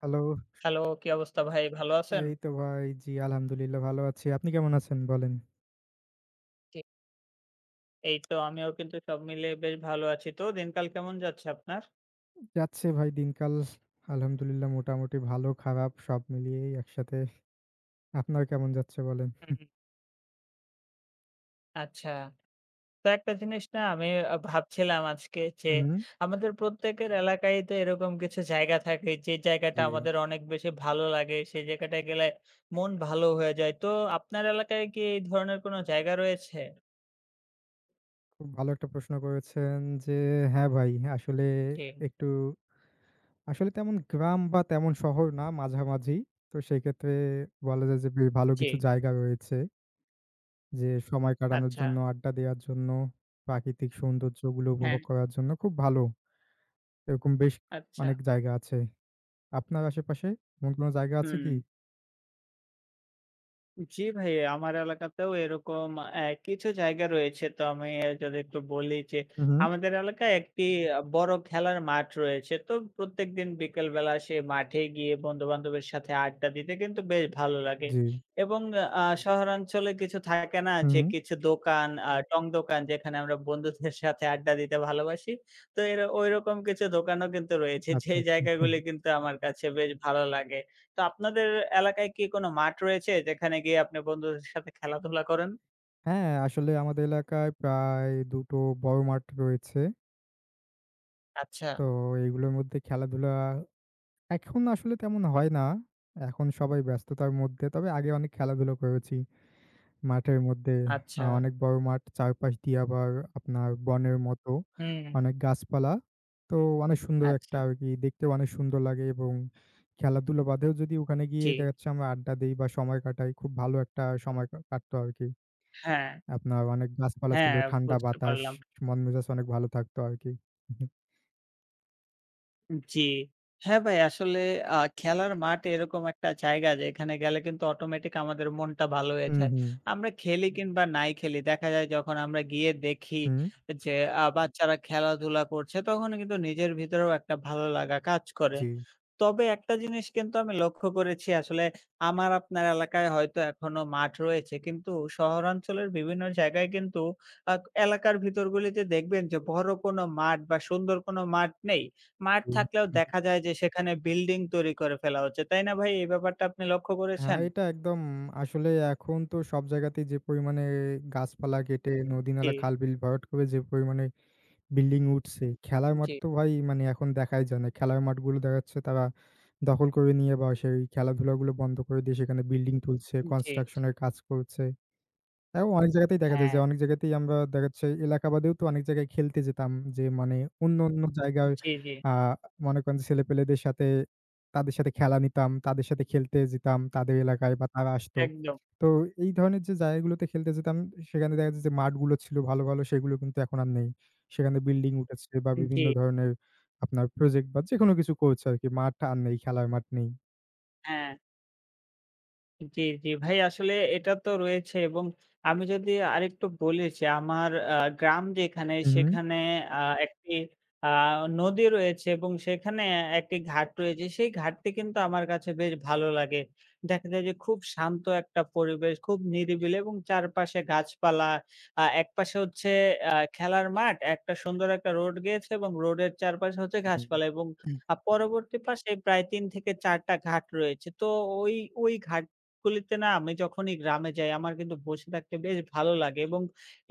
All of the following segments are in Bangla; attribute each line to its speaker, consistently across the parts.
Speaker 1: হ্যালো।
Speaker 2: হ্যালো, কি অবস্থা ভাই? ভালো আছেন?
Speaker 1: এই তো ভাই, জি আলহামদুলিল্লাহ ভালো আছি। আপনি কেমন আছেন বলেন?
Speaker 2: জি। এই তো আমিও কিন্তু সব মিলিয়ে বেশ ভালো আছি। তো দিনকাল কেমন যাচ্ছে আপনার?
Speaker 1: যাচ্ছে ভাই দিনকাল আলহামদুলিল্লাহ মোটামুটি ভালো খারাপ সব মিলিয়েই একসাথে। আপনার কেমন যাচ্ছে বলেন?
Speaker 2: হুম। আচ্ছা। তো একটা জিনিস না আমি ভাবছিলাম আজকে যে
Speaker 1: হুম,
Speaker 2: আমাদের প্রত্যেকের এলাকায় তো এরকম কিছু জায়গা থাকে যে জায়গাটা
Speaker 1: জি।
Speaker 2: আমাদের অনেক বেশি ভালো লাগে। সেই জায়গাটায় গেলে মন ভালো হয়ে যায়। তো আপনার এলাকায় কি এই ধরনের কোনো জায়গা রয়েছে?
Speaker 1: খুব ভালো একটা প্রশ্ন করেছেন যে হ্যাঁ ভাই, আসলে
Speaker 2: জি,
Speaker 1: একটু আসলে তেমন গ্রাম বা তেমন শহর না মাঝামাঝি। তো সেক্ষেত্রে বলা যায় যে বেশ ভালো
Speaker 2: জি।
Speaker 1: কিছু জায়গা রয়েছে। যে সময় কাটানোর
Speaker 2: আচ্ছা।
Speaker 1: জন্য, আড্ডা দেওয়ার জন্য, প্রাকৃতিক সৌন্দর্যগুলো
Speaker 2: হ্যাঁ,
Speaker 1: উপভোগ করার জন্য খুব ভালো। এরকম বেশ
Speaker 2: আচ্ছা।
Speaker 1: অনেক জায়গা আছে। আপনার আশেপাশে এমন কোনো জায়গা আছে
Speaker 2: হুম।
Speaker 1: কি?
Speaker 2: জি ভাই, আমার এলাকাতেও এরকম কিছু জায়গা রয়েছে। তো আমি যদি একটু বলি যে,
Speaker 1: হু, হু।
Speaker 2: আমাদের এলাকায় একটি বড় খেলার মাঠ রয়েছে। তো প্রত্যেকদিন বিকেলবেলা সেই মাঠে গিয়ে বন্ধু-বান্ধবের সাথে আড্ডা দিতে কিন্তু বেশ ভালো লাগে।
Speaker 1: জি।
Speaker 2: এবং শহরাঞ্চলে কিছু থাকে না
Speaker 1: হু,
Speaker 2: যে
Speaker 1: হু।
Speaker 2: কিছু দোকান, টং দোকান যেখানে আমরা বন্ধুদের সাথে আড্ডা দিতে ভালোবাসি। তো এর ঐরকম কিছু দোকানও কিন্তু রয়েছে।
Speaker 1: আচ্ছা,
Speaker 2: যেই
Speaker 1: আচ্ছা।
Speaker 2: জায়গাগুলি কিন্তু আমার কাছে বেশ ভালো লাগে। তো আপনাদের এলাকায় কি কোনো মাঠ রয়েছে যেখানে গিয়ে আপনি বন্ধুদের সাথে খেলাধুলা করেন?
Speaker 1: হ্যাঁ, আসলে আমাদের এলাকায় প্রায় ২ টো বড় মাঠ রয়েছে।
Speaker 2: আচ্ছা,
Speaker 1: তো এইগুলোর মধ্যে খেলাধুলা এখন আসলে তেমন হয় না। এখন সবাই ব্যস্ততার মধ্যে। তবে আগে অনেক খেলাধুলা করেছি। মাঠের মধ্যে
Speaker 2: আচ্ছা।
Speaker 1: অনেক বড় মাঠ। চারপাশ দিয়ে আবার আপনার বনের মতো
Speaker 2: হুম,
Speaker 1: অনেক গাছপালা। তো অনেক সুন্দর একটা
Speaker 2: আচ্ছা।
Speaker 1: আরকি দেখতেও অনেক সুন্দর লাগে এবং খেলাধুলা বাদেও যদি ওখানে গিয়ে
Speaker 2: জি।
Speaker 1: দেখা যাচ্ছে আমরা আড্ডা দেই বা সময় কাটাই, খুব ভালো একটা সময় কাটতো আরকি।
Speaker 2: হ্যাঁ,
Speaker 1: আপনার অনেক গাছপালা ছিল,
Speaker 2: হ্যাঁ,
Speaker 1: ঠান্ডা
Speaker 2: বুঝতে
Speaker 1: বাতাস,
Speaker 2: পারলাম।
Speaker 1: মন মেজাজ অনেক ভালো থাকতো আরকি।
Speaker 2: জি। হ্যাঁ, ভাই আসলে খেলার মাঠ এরকম একটা জায়গা যেখানে গেলে কিন্তু অটোমেটিক আমাদের মনটা ভালো হয়ে
Speaker 1: হুম,
Speaker 2: যায়।
Speaker 1: হুম,
Speaker 2: আমরা খেলি কিংবা নাই খেলি দেখা যায় যখন আমরা গিয়ে দেখি
Speaker 1: হুম।
Speaker 2: যে বাচ্চারা খেলাধুলা করছে তখন কিন্তু নিজের ভিতরেও একটা ভালো লাগা কাজ করে।
Speaker 1: জি,
Speaker 2: তবে একটা জিনিস কিন্তু আমি লক্ষ্য করেছি আসলে আমার আপনার এলাকায় হয়তো এখনো মাঠ রয়েছে। কিন্তু শহরাঞ্চলের বিভিন্ন জায়গায় কিন্তু আ এলাকার ভিতরগুলিতে দেখবেন যে বড় কোনো মাঠ বা সুন্দর কোনো মাঠ নেই। মাঠ
Speaker 1: জি।
Speaker 2: থাকলেও দেখা যায় যে সেখানে বিল্ডিং তৈরি করে ফেলা হচ্ছে। তাই না ভাই? এই ব্যাপারটা আপনি লক্ষ্য
Speaker 1: হ্যাঁ,
Speaker 2: করেছেন?
Speaker 1: এটা একদম আসলে এখন তো সব জায়গাতেই যে পরিমাণে গাছপালা কেটে
Speaker 2: জি,
Speaker 1: নদী-নালা, খাল-বিল ভরাট করে যে পরিমাণে বিল্ডিং উঠছে, খেলার মাঠ
Speaker 2: জি,
Speaker 1: তো ভাই মানে এখন দেখাই যায় না। খেলার মাঠগুলো দেখা যাচ্ছে তারা দখল করে নিয়ে বা সেই খেলাধুলাগুলো বন্ধ করে দিয়ে সেখানে বিল্ডিং তুলছে,
Speaker 2: জি,
Speaker 1: কনস্ট্রাকশন এর কাজ করছে। তাও অনেক জায়গাতেই দেখা যায়
Speaker 2: হ্যাঁ,
Speaker 1: যে অনেক জায়গাতেই আমরা দেখা যাচ্ছে এলাকা বাদেও তো অনেক জায়গায় খেলতে যেতাম। যে মানে অন্য, অন্য জায়গায়
Speaker 2: জি, জি,
Speaker 1: আ মনে করেন যে ছেলেপেলেদের সাথে তাদের সাথে খেলা নিতাম, তাদের সাথে খেলতে যেতাম তাদের এলাকায় বা তারা আসতো।
Speaker 2: একদম।
Speaker 1: তো এই ধরনের যে জায়গাগুলোতে খেলতে যেতাম সেখানে দেখা যায় যে মাঠগুলো ছিল ভালো, ভালো সেগুলো কিন্তু এখন আর নেই। সেখানে বিল্ডিং উঠেছে বা
Speaker 2: জি,
Speaker 1: বিভিন্ন ধরনের আপনার প্রজেক্ট বা যেকোনো কিছু করছে আরকি। মাঠ আর নেই, খেলার মাঠ নেই।
Speaker 2: হ্যাঁ। জি, জি ভাই আসলে এটা তো রয়েছে এবং আমি যদি আরেকটু বলি যে আমার গ্রাম যেখানে
Speaker 1: হুম, হুম।
Speaker 2: সেখানে আ একটি আ নদী রয়েছে এবং সেখানে একটি ঘাট রয়েছে। সেই ঘাটটি কিন্তু আমার কাছে বেশ ভালো লাগে। দেখা যায় যে খুব শান্ত একটা পরিবেশ, খুব নিরিবিলি এবং চারপাশে গাছপালা। একপাশে হচ্ছে খেলার মাঠ, একটা সুন্দর একটা রোড গিয়েছে এবং রোডের চারপাশে হচ্ছে
Speaker 1: হুম।
Speaker 2: গাছপালা এবং পরবর্তী পাশে প্রায় ৩ থেকে ৪ টা ঘাট রয়েছে। তো ওই, ওই ঘাট গুলিতে না আমি যখনই গ্রামে যাই আমার কিন্তু বসে থাকতে বেশ ভালো লাগে এবং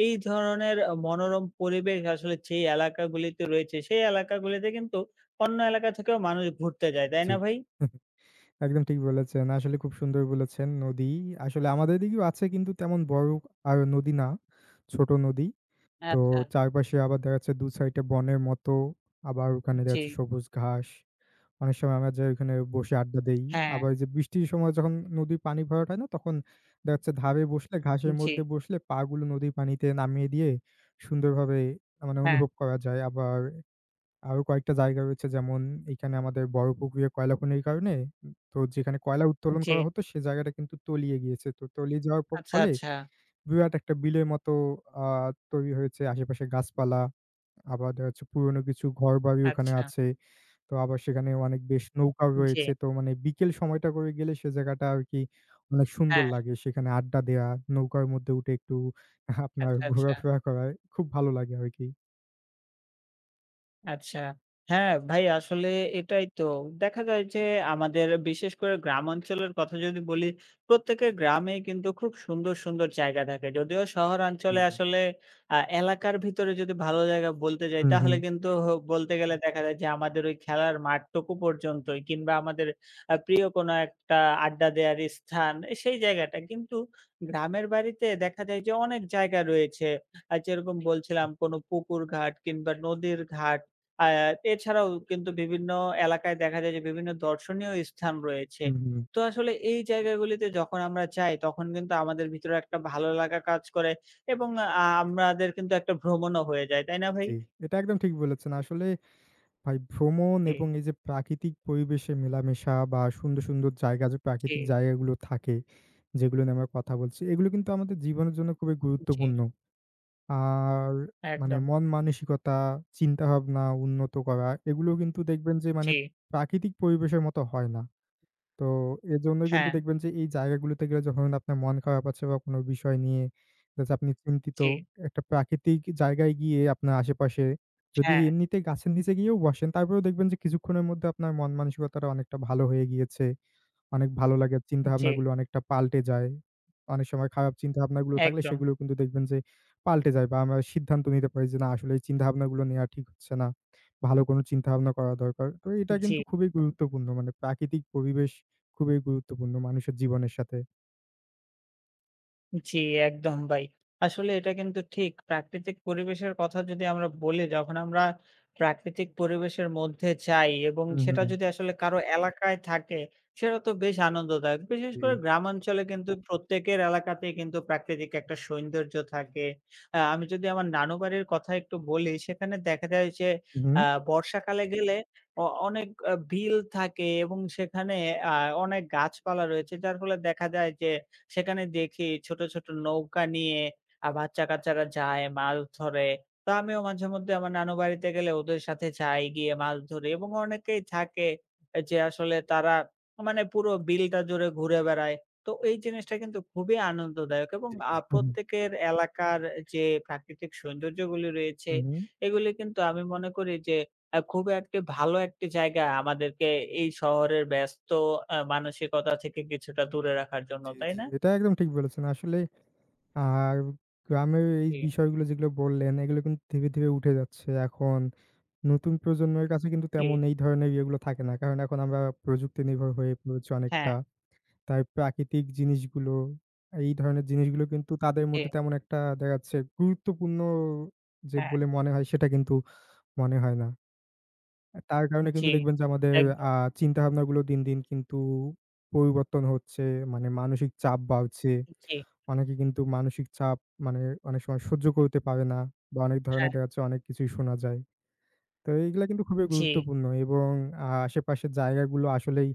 Speaker 2: এই ধরনের মনোরম পরিবেশ আসলে যেই এলাকাগুলিতে রয়েছে, সেই এলাকাগুলিতে কিন্তু অন্য এলাকা থেকেও মানুষ ঘুরতে যায়। তাই
Speaker 1: জি।
Speaker 2: না ভাই?
Speaker 1: একদম ঠিক বলেছেন। আসলে খুব সুন্দর বলেছেন। নদী আসলে আমাদের এদিকেও আছে কিন্তু তেমন বড় আর নদী না। ছোট নদী। তো
Speaker 2: আচ্ছা,
Speaker 1: চারপাশে আবার দেখা যাচ্ছে ২ সাইডে বনের মতো। আবার ওখানে দেখা
Speaker 2: জি,
Speaker 1: যাচ্ছে সবুজ ঘাস। অনেক সময় আমরা যাই ওখানে বসে আড্ডা দেই।
Speaker 2: হ্যাঁ,
Speaker 1: আবার ওইযে বৃষ্টির সময় যখন নদীর পানি ভরাট হয় না? তখন দেখা যাচ্ছে ধারে বসলে ঘাসের
Speaker 2: জি,
Speaker 1: মধ্যে বসলে পা গুলো নদীর পানিতে নামিয়ে দিয়ে সুন্দরভাবে মানে
Speaker 2: হ্যাঁ,
Speaker 1: অনুভব করা যায়। আবার আরো কয়েকটা জায়গা রয়েছে যেমন এইখানে আমাদের বড় পুকুরে কয়লা খনির কারণে তো যেখানে কয়লা উত্তোলন
Speaker 2: জি।
Speaker 1: করা হতো সে জায়গাটা কিন্তু তলিয়ে গিয়েছে। তো তলিয়ে যাওয়ার
Speaker 2: আচ্ছা,
Speaker 1: ফলে
Speaker 2: আচ্ছা,
Speaker 1: বিরাট একটা বিলের মতো আ তৈরি হয়েছে। আশেপাশে গাছপালা, আবার দেখা যাচ্ছে পুরনো কিছু ঘরবাড়ি ওখানে
Speaker 2: আচ্ছা,
Speaker 1: আছে। তো আবার সেখানে অনেক বেশ নৌকাও
Speaker 2: জি,
Speaker 1: রয়েছে। তো মানে বিকেল সময়টা করে গেলে সে জায়গাটা আরকি অনেক সুন্দর
Speaker 2: হ্যাঁ,
Speaker 1: লাগে। সেখানে আড্ডা দেয়া, নৌকার মধ্যে উঠে একটু আপনার
Speaker 2: আচ্ছা, আচ্ছা।
Speaker 1: ঘোরাফেরা করা খুব ভালো লাগে আরকি।
Speaker 2: আচ্ছা। হ্যাঁ, ভাই আসলে এটাই তো। দেখা যায় যে আমাদের বিশেষ করে গ্রাম অঞ্চলের কথা যদি বলি, প্রত্যেকের গ্রামেই কিন্তু খুব সুন্দর, সুন্দর জায়গা থাকে। যদিও শহরাঞ্চলে
Speaker 1: জি।
Speaker 2: আসলে এলাকার ভিতরে যদি ভালো জায়গা বলতে যাই
Speaker 1: হুম,
Speaker 2: তাহলে
Speaker 1: হুম।
Speaker 2: কিন্তু বলতে গেলে দেখা যায় যে আমাদের ওই খেলার মাঠটুকু পর্যন্তই কিংবা আমাদের প্রিয় কোনো একটা আড্ডা দেওয়ার স্থান সেই জায়গাটা। কিন্তু গ্রামের বাড়িতে দেখা যায় যে অনেক জায়গা রয়েছে। যেরকম
Speaker 1: আ
Speaker 2: বলছিলাম কোনো পুকুর ঘাট কিংবা নদীর ঘাট আ এছাড়াও কিন্তু বিভিন্ন এলাকায় দেখা যায় যে বিভিন্ন দর্শনীয় স্থান রয়েছে।
Speaker 1: হুম, হুম।
Speaker 2: তো আসলে এই জায়গাগুলিতে যখন আমরা যাই তখন কিন্তু আমাদের ভিতরে একটা ভালো লাগা কাজ করে এবং আমাদের কিন্তু একটা ভ্রমণও হয়ে যায়। তাই না ভাই?
Speaker 1: জি, এটা একদম ঠিক বলেছেন। আসলে ভাই ভ্রমণ
Speaker 2: জি,
Speaker 1: এবং এই যে প্রাকৃতিক পরিবেশে মেলামেশা বা সুন্দর, সুন্দর জায়গা যে
Speaker 2: জি,
Speaker 1: প্রাকৃতিক জায়গাগুলো থাকে, যেগুলো নিয়ে আমরা কথা বলছি, এগুলো কিন্তু আমাদের জীবনের জন্য খুবই
Speaker 2: জি,
Speaker 1: গুরুত্বপূর্ণ। আর মানে
Speaker 2: একদম।
Speaker 1: মন মানসিকতা, চিন্তাভাবনা উন্নত করা এগুলোও কিন্তু দেখবেন যে মানে
Speaker 2: জি,
Speaker 1: প্রাকৃতিক পরিবেশের মতো হয় না। তো এজন্য কিন্তু
Speaker 2: হ্যাঁ,
Speaker 1: দেখবেন যে এই জায়গাগুলোতে গেলে যখন আপনার মন খারাপ আছে বা কোনো বিষয় নিয়ে যাতে আপনি চিন্তিত,
Speaker 2: জি,
Speaker 1: একটা প্রাকৃতিক জায়গায় গিয়ে আপনার আশেপাশে যদি
Speaker 2: হ্যাঁ,
Speaker 1: এমনিতে গাছের নিচে গিয়েও বসেন, তারপরেও দেখবেন যে কিছুক্ষণের মধ্যে আপনার মন মানসিকতাটা অনেকটা ভালো হয়ে গিয়েছে। অনেক ভালো লাগে।
Speaker 2: জি,
Speaker 1: চিন্তাভাবনাগুলো অনেকটা পাল্টে যায়। অনেক সময় খারাপ চিন্তাভাবনাগুলো থাকলে
Speaker 2: একদম,
Speaker 1: সেগুলো কিন্তু দেখবেন যে পাল্টে যায় বা আমরা সিদ্ধান্ত নিতে পারি যে না আসলে এই চিন্তাভাবনাগুলো নেয়া ঠিক হচ্ছে না। ভালো কোনো চিন্তাভাবনা করা দরকার। তো এটা
Speaker 2: জি।
Speaker 1: কিন্তু খুবই গুরুত্বপূর্ণ। মানে প্রাকৃতিক পরিবেশ খুবই গুরুত্বপূর্ণ মানুষের জীবনের সাথে।
Speaker 2: জি, একদম ভাই। আসলে এটা কিন্তু ঠিক। প্রাকৃতিক পরিবেশের কথা যদি আমরা বলি, যখন আমরা প্রাকৃতিক পরিবেশের মধ্যে যাই এবং
Speaker 1: হুম,
Speaker 2: সেটা
Speaker 1: হুম।
Speaker 2: যদি আসলে কারো এলাকায় থাকে, সেটা তো বেশ আনন্দদায়ক। বিশেষ
Speaker 1: জি।
Speaker 2: করে গ্রামাঞ্চলে কিন্তু প্রত্যেকের এলাকাতেই কিন্তু প্রাকৃতিক একটা সৌন্দর্য থাকে। আমি যদি আমার নানু বাড়ির কথা একটু বলি, সেখানে দেখা যায় যে
Speaker 1: হুম, হুম,
Speaker 2: আ বর্ষাকালে গেলে অনেক বিল থাকে এবং সেখানে আ অনেক গাছপালা রয়েছে। যার ফলে দেখা যায় যে সেখানে দেখি ছোট, ছোট নৌকা নিয়ে বাচ্চা-কাচ্চারা যায়, মাছ ধরে। তো আমিও মাঝে মধ্যে আমার নানু বাড়িতে গেলে ওদের সাথে যাই, গিয়ে মাছ ধরি এবং অনেকেই থাকে যে আসলে তারা মানে পুরো বিলটা জুড়ে ঘুরে বেড়ায়। তো এই জিনিসটা কিন্তু খুবই আনন্দদায়ক এবং
Speaker 1: হুম।
Speaker 2: প্রত্যেকের এলাকার যে প্রাকৃতিক সৌন্দর্যগুলি রয়েছে,
Speaker 1: হুম।
Speaker 2: এগুলি কিন্তু আমি মনে করি যে খুব একটি ভালো একটি জায়গা আমাদেরকে এই শহরের ব্যস্ত মানসিকতা থেকে কিছুটা দূরে রাখার জন্য,
Speaker 1: জি,
Speaker 2: তাই
Speaker 1: জি।
Speaker 2: না?
Speaker 1: এটা একদম ঠিক বলেছেন। আসলে আর গ্রামের এই
Speaker 2: জি,
Speaker 1: বিষয়গুলো যেগুলো বললেন এগুলো কিন্তু ধীরে, ধীরে উঠে যাচ্ছে এখন। নতুন প্রজন্মের কাছে কিন্তু
Speaker 2: জি,
Speaker 1: তেমন এই ধরনের ইয়েগুলো থাকে না। কারণ এখন আমরা প্রযুক্তি নির্ভর হয়ে পড়েছি
Speaker 2: হ্যাঁ,
Speaker 1: অনেকটা। তাই প্রাকৃতিক জিনিসগুলো, এই ধরনের জিনিসগুলো কিন্তু তাদের
Speaker 2: জি,
Speaker 1: মধ্যে তেমন একটা দেখা যাচ্ছে গুরুত্বপূর্ণ যে
Speaker 2: হ্যাঁ,
Speaker 1: বলে মনে হয় সেটা কিন্তু মনে হয় না। তার কারণে
Speaker 2: জি,
Speaker 1: কিন্তু দেখবেন যে আমাদের
Speaker 2: একদম,
Speaker 1: আ চিন্তাভাবনাগুলো দিন, দিন কিন্তু পরিবর্তন হচ্ছে। মানে মানসিক চাপ বাড়ছে।
Speaker 2: জি,
Speaker 1: অনেকে কিন্তু মানসিক চাপ মানে অনেক সময় সহ্য করতে পারে না বা অনেক ধরনের
Speaker 2: হ্যাঁ,
Speaker 1: দেখা যাচ্ছে অনেক কিছুই শোনা যায়। তো এইগুলা কিন্তু খুবই
Speaker 2: জি,
Speaker 1: গুরুত্বপূর্ণ এবং আশেপাশের জায়গাগুলো আসলেই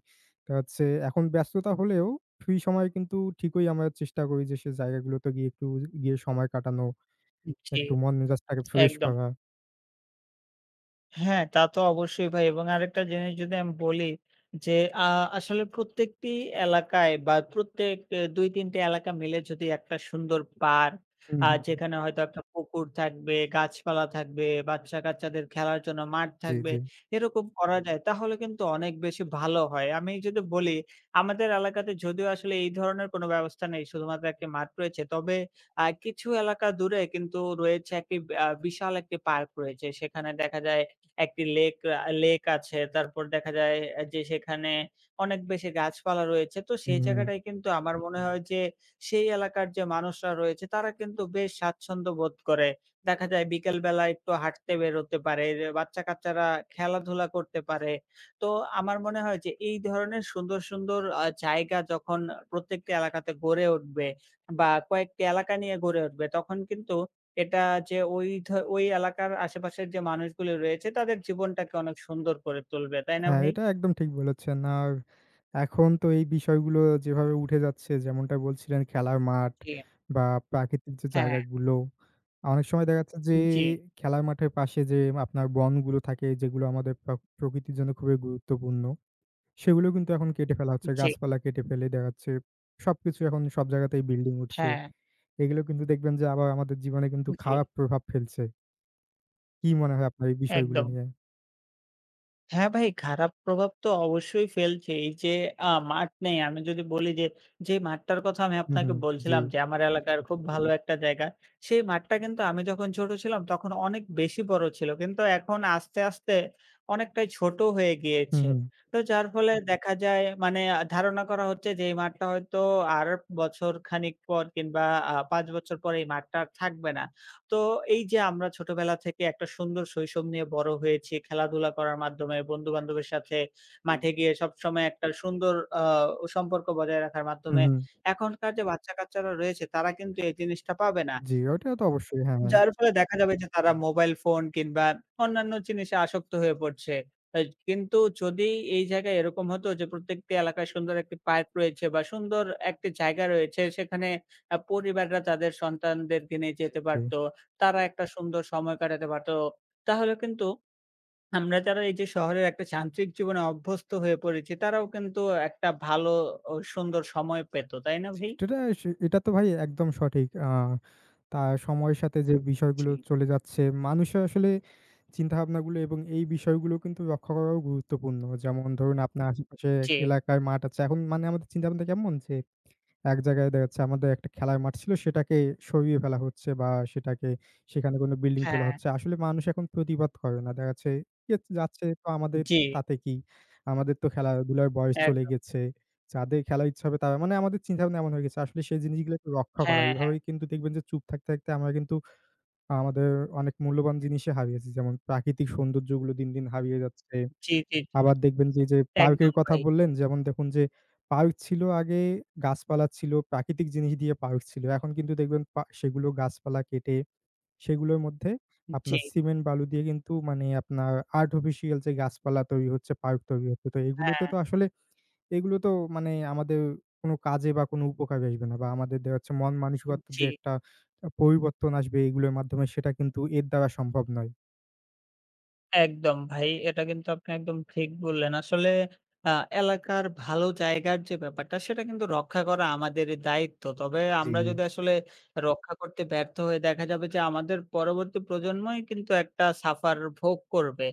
Speaker 1: তা হচ্ছে এখন ব্যস্ততা হলেও ফ্রি সময়ে কিন্তু ঠিকই আমরা চেষ্টা করি যে সে জায়গাগুলোতে গিয়ে একটু গিয়ে সময় কাটানো,
Speaker 2: জি,
Speaker 1: একটু মন মেজাজটাকে ফ্রেশ
Speaker 2: একদম।
Speaker 1: করা।
Speaker 2: হ্যাঁ, তা তো অবশ্যই ভাই এবং আরেকটা জিনিস যদি আমি বলি যে আ আসলে প্রত্যেকটি এলাকায় বা প্রত্যেক ২-৩ টে এলাকা মিলে যদি একটা সুন্দর পার্ক
Speaker 1: হুম, হুম, হুম।
Speaker 2: যেখানে হয়তো একটা পুকুর থাকবে, গাছপালা থাকবে, বাচ্চা-কাচ্চাদের খেলার জন্য মাঠ
Speaker 1: জি,
Speaker 2: থাকবে,
Speaker 1: জি।
Speaker 2: এরকম করা যায় তাহলে কিন্তু অনেক বেশি ভালো হয়। আমি যদি বলি আমাদের এলাকাতে যদিও আসলে এই ধরনের কোনো ব্যবস্থা নেই, শুধুমাত্র একটি মাঠ রয়েছে। তবে কিছু এলাকা দূরে কিন্তু রয়েছে একটি বিশাল একটি পার্ক রয়েছে। সেখানে দেখা যায় একটি লেক আছে। তারপর দেখা যায় যে সেখানে অনেক বেশি গাছপালা রয়েছে। তো সেই
Speaker 1: হুম।
Speaker 2: জায়গাটায় কিন্তু আমার মনে হয় যে সেই এলাকার যে মানুষরা রয়েছে তারা কিন্তু বেশ স্বাচ্ছন্দ্য বোধ করে। দেখা যায় বিকেল বেলা একটু হাঁটতে বেরোতে পারে। যে বাচ্চা-কাচ্চারা খেলাধুলা করতে পারে। তো আমার মনে হয় যে এই ধরনের সুন্দর, সুন্দর জায়গা যখন প্রত্যেকটি এলাকাতে গড়ে উঠবে বা কয়েকটি এলাকা নিয়ে গড়ে উঠবে তখন কিন্তু এটা যে ওই এলাকার আশেপাশের যে মানুষগুলো রয়েছে তাদের জীবনটাকে অনেক সুন্দর করে তুলবে। তাই না
Speaker 1: হ্যাঁ,
Speaker 2: ভাই?
Speaker 1: এটা একদম ঠিক বলেছেন। আর এখন তো এই বিষয়গুলো যেভাবে উঠে যাচ্ছে যেমনটা বলছিলেন খেলার মাঠ
Speaker 2: জি,
Speaker 1: বা প্রাকৃতিক যে
Speaker 2: হ্যাঁ।
Speaker 1: জায়গাগুলো, অনেক সময় দেখা যাচ্ছে যে
Speaker 2: জি,
Speaker 1: খেলার মাঠের পাশে যে আপনার বনগুলো থাকে যেগুলো আমাদের প্রকৃতির জন্য খুবই গুরুত্বপূর্ণ, সেগুলো কিন্তু এখন কেটে ফেলা হচ্ছে।
Speaker 2: জি,
Speaker 1: গাছপালা কেটে ফেলে দেখা যাচ্ছে সবকিছু এখন সব জায়গাতেই বিল্ডিং উঠছে।
Speaker 2: হ্যাঁ,
Speaker 1: এগুলো কিন্তু দেখবেন যে আবার আমাদের জীবনে কিন্তু
Speaker 2: জি,
Speaker 1: খারাপ প্রভাব ফেলছে। কি মনে হয় আপনার এই বিষয়গুলো
Speaker 2: একদম।
Speaker 1: নিয়ে?
Speaker 2: হ্যাঁ ভাই, খারাপ প্রভাব তো অবশ্যই ফেলছে। এই যে মাঠ নেই, আমি যদি বলি যে, যে মাঠটার কথা আমি
Speaker 1: হু, হু।
Speaker 2: আপনাকে
Speaker 1: জি।
Speaker 2: বলছিলাম যে আমার এলাকার খুব ভালো একটা জায়গা। সেই মাঠটা কিন্তু আমি যখন ছোট ছিলাম তখন অনেক বেশি বড় ছিল। কিন্তু এখন আস্তে, আস্তে অনেকটাই ছোট হয়ে
Speaker 1: হু,
Speaker 2: গিয়েছে।
Speaker 1: হু।
Speaker 2: তো যার ফলে দেখা যায় মানে ধারণা করা হচ্ছে যে এই মাঠটা হয়তো আর বছর খানিক পর কিংবা ৫ বছর পর এই মাঠটা আর থাকবে না। তো এই যে আমরা ছোটবেলা থেকে একটা সুন্দর শৈশব নিয়ে বড় হয়েছি, খেলাধুলা করার মাধ্যমে, বন্ধু-বান্ধবের সাথে
Speaker 1: জি,
Speaker 2: মাঠে
Speaker 1: জি।
Speaker 2: গিয়ে সবসময় একটা সুন্দর আ সম্পর্ক বজায় রাখার
Speaker 1: হু,
Speaker 2: মাধ্যমে।
Speaker 1: হু।
Speaker 2: এখনকার যে বাচ্চা-কাচ্চারা রয়েছে তারা কিন্তু এই জিনিসটা পাবে না।
Speaker 1: জি, ওটা তো অবশ্যই। হ্যাঁ, হ্যাঁ।
Speaker 2: যার ফলে দেখা যাবে যে তারা মোবাইল ফোন কিংবা অন্যান্য জিনিসে আসক্ত হয়ে পড়ছে। এজ কিন্তু যদি এই জায়গায় এরকম হতো যে প্রত্যেকটি এলাকায় সুন্দর একটি পার্ক রয়েছে বা সুন্দর একটি জায়গা রয়েছে সেখানে পরিবাররা তাদের সন্তানদেরকে নিয়ে
Speaker 1: জি,
Speaker 2: যেতে
Speaker 1: জি,
Speaker 2: পারত। তারা একটা সুন্দর সময় কাটাতে পারত। তাহলে কিন্তু আমরা যারা এই যে শহরের একটা যান্ত্রিক জীবনে অভ্যস্ত হয়ে পড়েছি তারাও কিন্তু একটা ভালো ও সুন্দর সময় পেত। তাই না
Speaker 1: জি।
Speaker 2: ভাই?
Speaker 1: এটা তো ভাই একদম সঠিক। আ তা সময়ের সাথে যে
Speaker 2: জি,
Speaker 1: বিষয়গুলো চলে যাচ্ছে, মানুষের আসলে চিন্তাভাবনাগুলো এবং এই বিষয়গুলো কিন্তু রক্ষা করাও গুরুত্বপূর্ণ। যেমন ধরুন আপনার আশেপাশে
Speaker 2: জি।
Speaker 1: এলাকায় মাঠ আছে। এখন মানে আমাদের চিন্তাভাবনা কেমন যে এক জায়গায় দেখা যাচ্ছে আমাদের একটা খেলার মাঠ ছিল সেটাকে সরিয়ে ফেলা হচ্ছে বা সেটাকে সেখানে কোনো বিল্ডিং তোলা
Speaker 2: হ্যাঁ।
Speaker 1: হচ্ছে। আসলে মানুষ এখন প্রতিবাদ করে না। দেখা যাচ্ছে কে যাচ্ছে তো আমাদের
Speaker 2: জি,
Speaker 1: তাতে কি? আমাদের তো খেলাধুলার বয়স চলে
Speaker 2: একদম।
Speaker 1: গেছে। যাদের খেলার ইচ্ছা হবে তারা মানে আমাদের চিন্তাভাবনা এমন হয়ে গেছে। আসলে সেই জিনিসগুলোকে রক্ষা করা।
Speaker 2: হ্যাঁ।
Speaker 1: এভাবেই কিন্তু দেখবেন যে চুপ থাকতে, থাকতে আমরা কিন্তু আমাদের অনেক মূল্যবান জিনিসই হারিয়েছি। যেমন প্রাকৃতিক সৌন্দর্যগুলো দিন, দিন হারিয়ে যাচ্ছে।
Speaker 2: জি, জি, জি।
Speaker 1: আবার দেখবেন যে, এই যে পার্কের
Speaker 2: একদম
Speaker 1: কথা
Speaker 2: ভাই।
Speaker 1: বললেন, যেমন দেখুন যে পার্ক ছিল আগে গাছপালা ছিল, প্রাকৃতিক জিনিস দিয়ে পার্ক ছিল। এখন কিন্তু দেখবেন সেগুলো গাছপালা কেটে সেগুলোর মধ্যে
Speaker 2: জি,
Speaker 1: আপনার সিমেন্ট বালু দিয়ে কিন্তু মানে আপনার আর্টিফিশিয়াল যে গাছপালা তৈরি হচ্ছে, পার্ক তৈরি হচ্ছে। তো এগুলোতে
Speaker 2: হ্যাঁ,
Speaker 1: তো আসলে এগুলো তো মানে আমাদের কোনো কাজে বা কোনো উপকারে আসবে না বা আমাদের দেখা যাচ্ছে মন মানসিকতার
Speaker 2: জি,
Speaker 1: যে একটা পরিবর্তন আসবে এগুলোর মাধ্যমে সেটা কিন্তু এর দ্বারা সম্ভব নয়।
Speaker 2: একদম ভাই। এটা কিন্তু আপনি একদম ঠিক বললেন। আসলে আ এলাকার ভালো জায়গার যে ব্যাপারটা সেটা কিন্তু রক্ষা করা আমাদের দায়িত্ব। তবে
Speaker 1: জি।
Speaker 2: আমরা যদি আসলে রক্ষা করতে ব্যর্থ হয়ে দেখা যাবে যে আমাদের পরবর্তী প্রজন্মই কিন্তু একটা সাফার ভোগ করবে।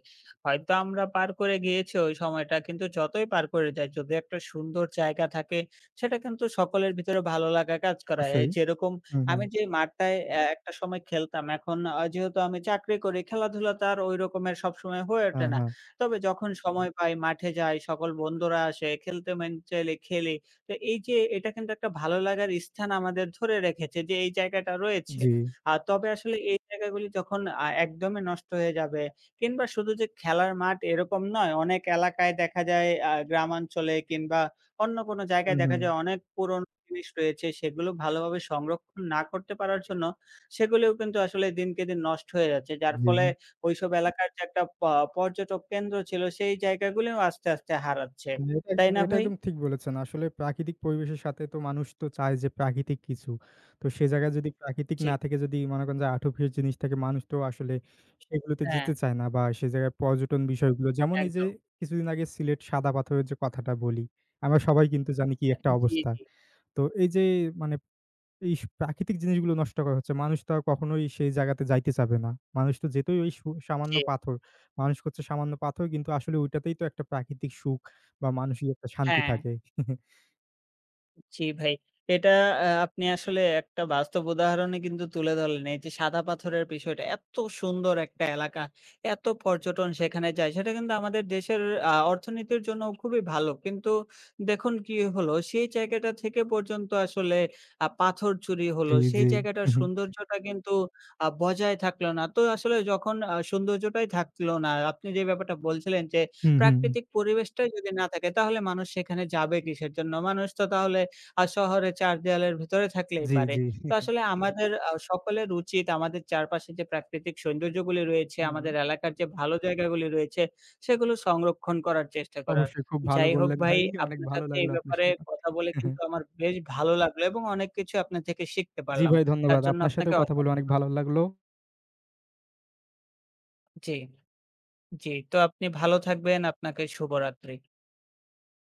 Speaker 2: হয়তো আমরা পার করে গিয়েছি ওই সময়টা কিন্তু যতই পার করে যাই যদি একটা সুন্দর জায়গা থাকে সেটা কিন্তু সকলের ভিতরে ভালো লাগা কাজ করায়। এই
Speaker 1: অবশ্যই।
Speaker 2: যেরকম
Speaker 1: হুম, হুম।
Speaker 2: আমি যে মাঠটায় একটা সময় খেলতাম, এখন যেহেতু আমি চাকরি করি, খেলাধুলাটা আর ওই রকমের সবসময় হয়ে ওঠে
Speaker 1: হ্যাঁ,
Speaker 2: না।
Speaker 1: হ্যাঁ।
Speaker 2: তবে যখন সময় পাই মাঠে যাই, সকল বন্ধুরা আসে, খেলতে মন চাইলে খেলি। তো এই যে এটা কিন্তু একটা ভালো লাগার স্থান আমাদের ধরে রেখেছে যে এই জায়গাটা রয়েছে।
Speaker 1: জি।
Speaker 2: আর তবে আসলে এই জায়গাগুলি যখন একদমই নষ্ট হয়ে যাবে কিংবা শুধু যে খেলার মাঠ এরকম নয়, অনেক এলাকায় দেখা যায় গ্রামাঞ্চলে কিংবা অন্য কোনো জায়গায়
Speaker 1: হুম,
Speaker 2: দেখা
Speaker 1: হুম।
Speaker 2: যায় অনেক পুরনো জিনিস রয়েছে সেগুলো ভালোভাবে সংরক্ষণ না করতে পারার জন্য সেগুলিও কিন্তু আসলে দিনকে দিন নষ্ট হয়ে যাচ্ছে। যার
Speaker 1: জি।
Speaker 2: ফলে ওইসব এলাকার যে একটা পর্যটক কেন্দ্র ছিল সেই জায়গাগুলিও আস্তে, আস্তে হারাচ্ছে।
Speaker 1: হ্যাঁ,
Speaker 2: তাই না
Speaker 1: এটা
Speaker 2: ভাই?
Speaker 1: একদম ঠিক বলেছেন। আসলে প্রাকৃতিক পরিবেশের সাথে তো মানুষ তো চায় যে প্রাকৃতিক কিছু। তো সে জায়গায় যদি প্রাকৃতিক
Speaker 2: জি,
Speaker 1: না থেকে যদি মনে করেন যে আর্টিফিশিয়াল জিনিস থাকে মানুষ তো আসলে সেগুলোতে
Speaker 2: হ্যাঁ,
Speaker 1: যেতে চায় না বা সে জায়গায় পর্যটন বিষয়গুলো যেমন এই যে
Speaker 2: একদম।
Speaker 1: কিছুদিন আগে সিলেট সাদা পাথরের যে কথাটা বলি, আমরা সবাই কিন্তু জানি কি একটা
Speaker 2: জি,
Speaker 1: অবস্থা।
Speaker 2: জি,
Speaker 1: তো এই যে মানে এই স প্রাকৃতিক জিনিসগুলো নষ্ট করা হচ্ছে। মানুষ তো আর কখনোই সেই জায়গাতে যাইতে চাবে না। মানুষ তো যেতই ওই সু সামান্য
Speaker 2: জি,
Speaker 1: পাথর। মানুষ করছে সামান্য পাথর কিন্তু আসলে ওইটাতেই তো একটা প্রাকৃতিক সুখ বা মানসিক একটা শান্তি
Speaker 2: হ্যাঁ।
Speaker 1: থাকে।
Speaker 2: জি ভাই। এটা আপনি আসলে একটা বাস্তব উদাহরণে কিন্তু তুলে ধরলেন। এই যে সাদা পাথরের বিষয়টা এত সুন্দর একটা এলাকা, এত পর্যটন সেখানে যায় সেটা কিন্তু আমাদের দেশের অর্থনীতির জন্য খুবই ভালো। কিন্তু দেখুন কি হলো সেই জায়গাটা থেকে পর্যন্ত আসলে পাথর চুরি হলো।
Speaker 1: জি,
Speaker 2: সেই
Speaker 1: জি।
Speaker 2: জায়গাটার
Speaker 1: হু, হু।
Speaker 2: সৌন্দর্যটা কিন্তু বজায় থাকলো না। তো আসলে যখন সৌন্দর্যটাই থাকলো না, আপনি যে ব্যাপারটা বলছিলেন যে
Speaker 1: হুম, হুম।
Speaker 2: প্রাকৃতিক পরিবেশটাই যদি না থাকে তাহলে মানুষ সেখানে যাবে কিসের জন্য? মানুষ তো তাহলে আর শহরে ৪ দেয়ালের ভেতরে থাকলেই
Speaker 1: জি,
Speaker 2: পারে।
Speaker 1: জি।
Speaker 2: তো আসলে আমাদের সকলের উচিত আমাদের চারপাশে যে প্রাকৃতিক সৌন্দর্যগুলি রয়েছে,
Speaker 1: হু, হু।
Speaker 2: আমাদের এলাকার যে ভালো জায়গাগুলি রয়েছে, সেগুলো সংরক্ষণ করার চেষ্টা করার।
Speaker 1: অবশ্যই খুব ভালো
Speaker 2: যাই হোক
Speaker 1: বললেন
Speaker 2: ভাই,
Speaker 1: ভাই। অনেক
Speaker 2: আপনার
Speaker 1: ভালো
Speaker 2: সাথে এই
Speaker 1: লাগলো আপনার
Speaker 2: ব্যাপারে
Speaker 1: সাথে কথা
Speaker 2: কথা বলে কিন্তু আমার বেশ ভালো লাগলো এবং অনেক কিছু আপনার থেকে শিখতে
Speaker 1: জি
Speaker 2: পারলাম।
Speaker 1: ভাই
Speaker 2: তার
Speaker 1: ধন্যবাদ।
Speaker 2: জন্য
Speaker 1: আপনার
Speaker 2: আপনাকে
Speaker 1: সাথেও কথা বলে
Speaker 2: অসংখ্য
Speaker 1: অনেক
Speaker 2: ধন্য
Speaker 1: ভালো লাগলো।
Speaker 2: জি, জি। তো আপনি ভালো থাকবেন। আপনাকে শুভরাত্রি।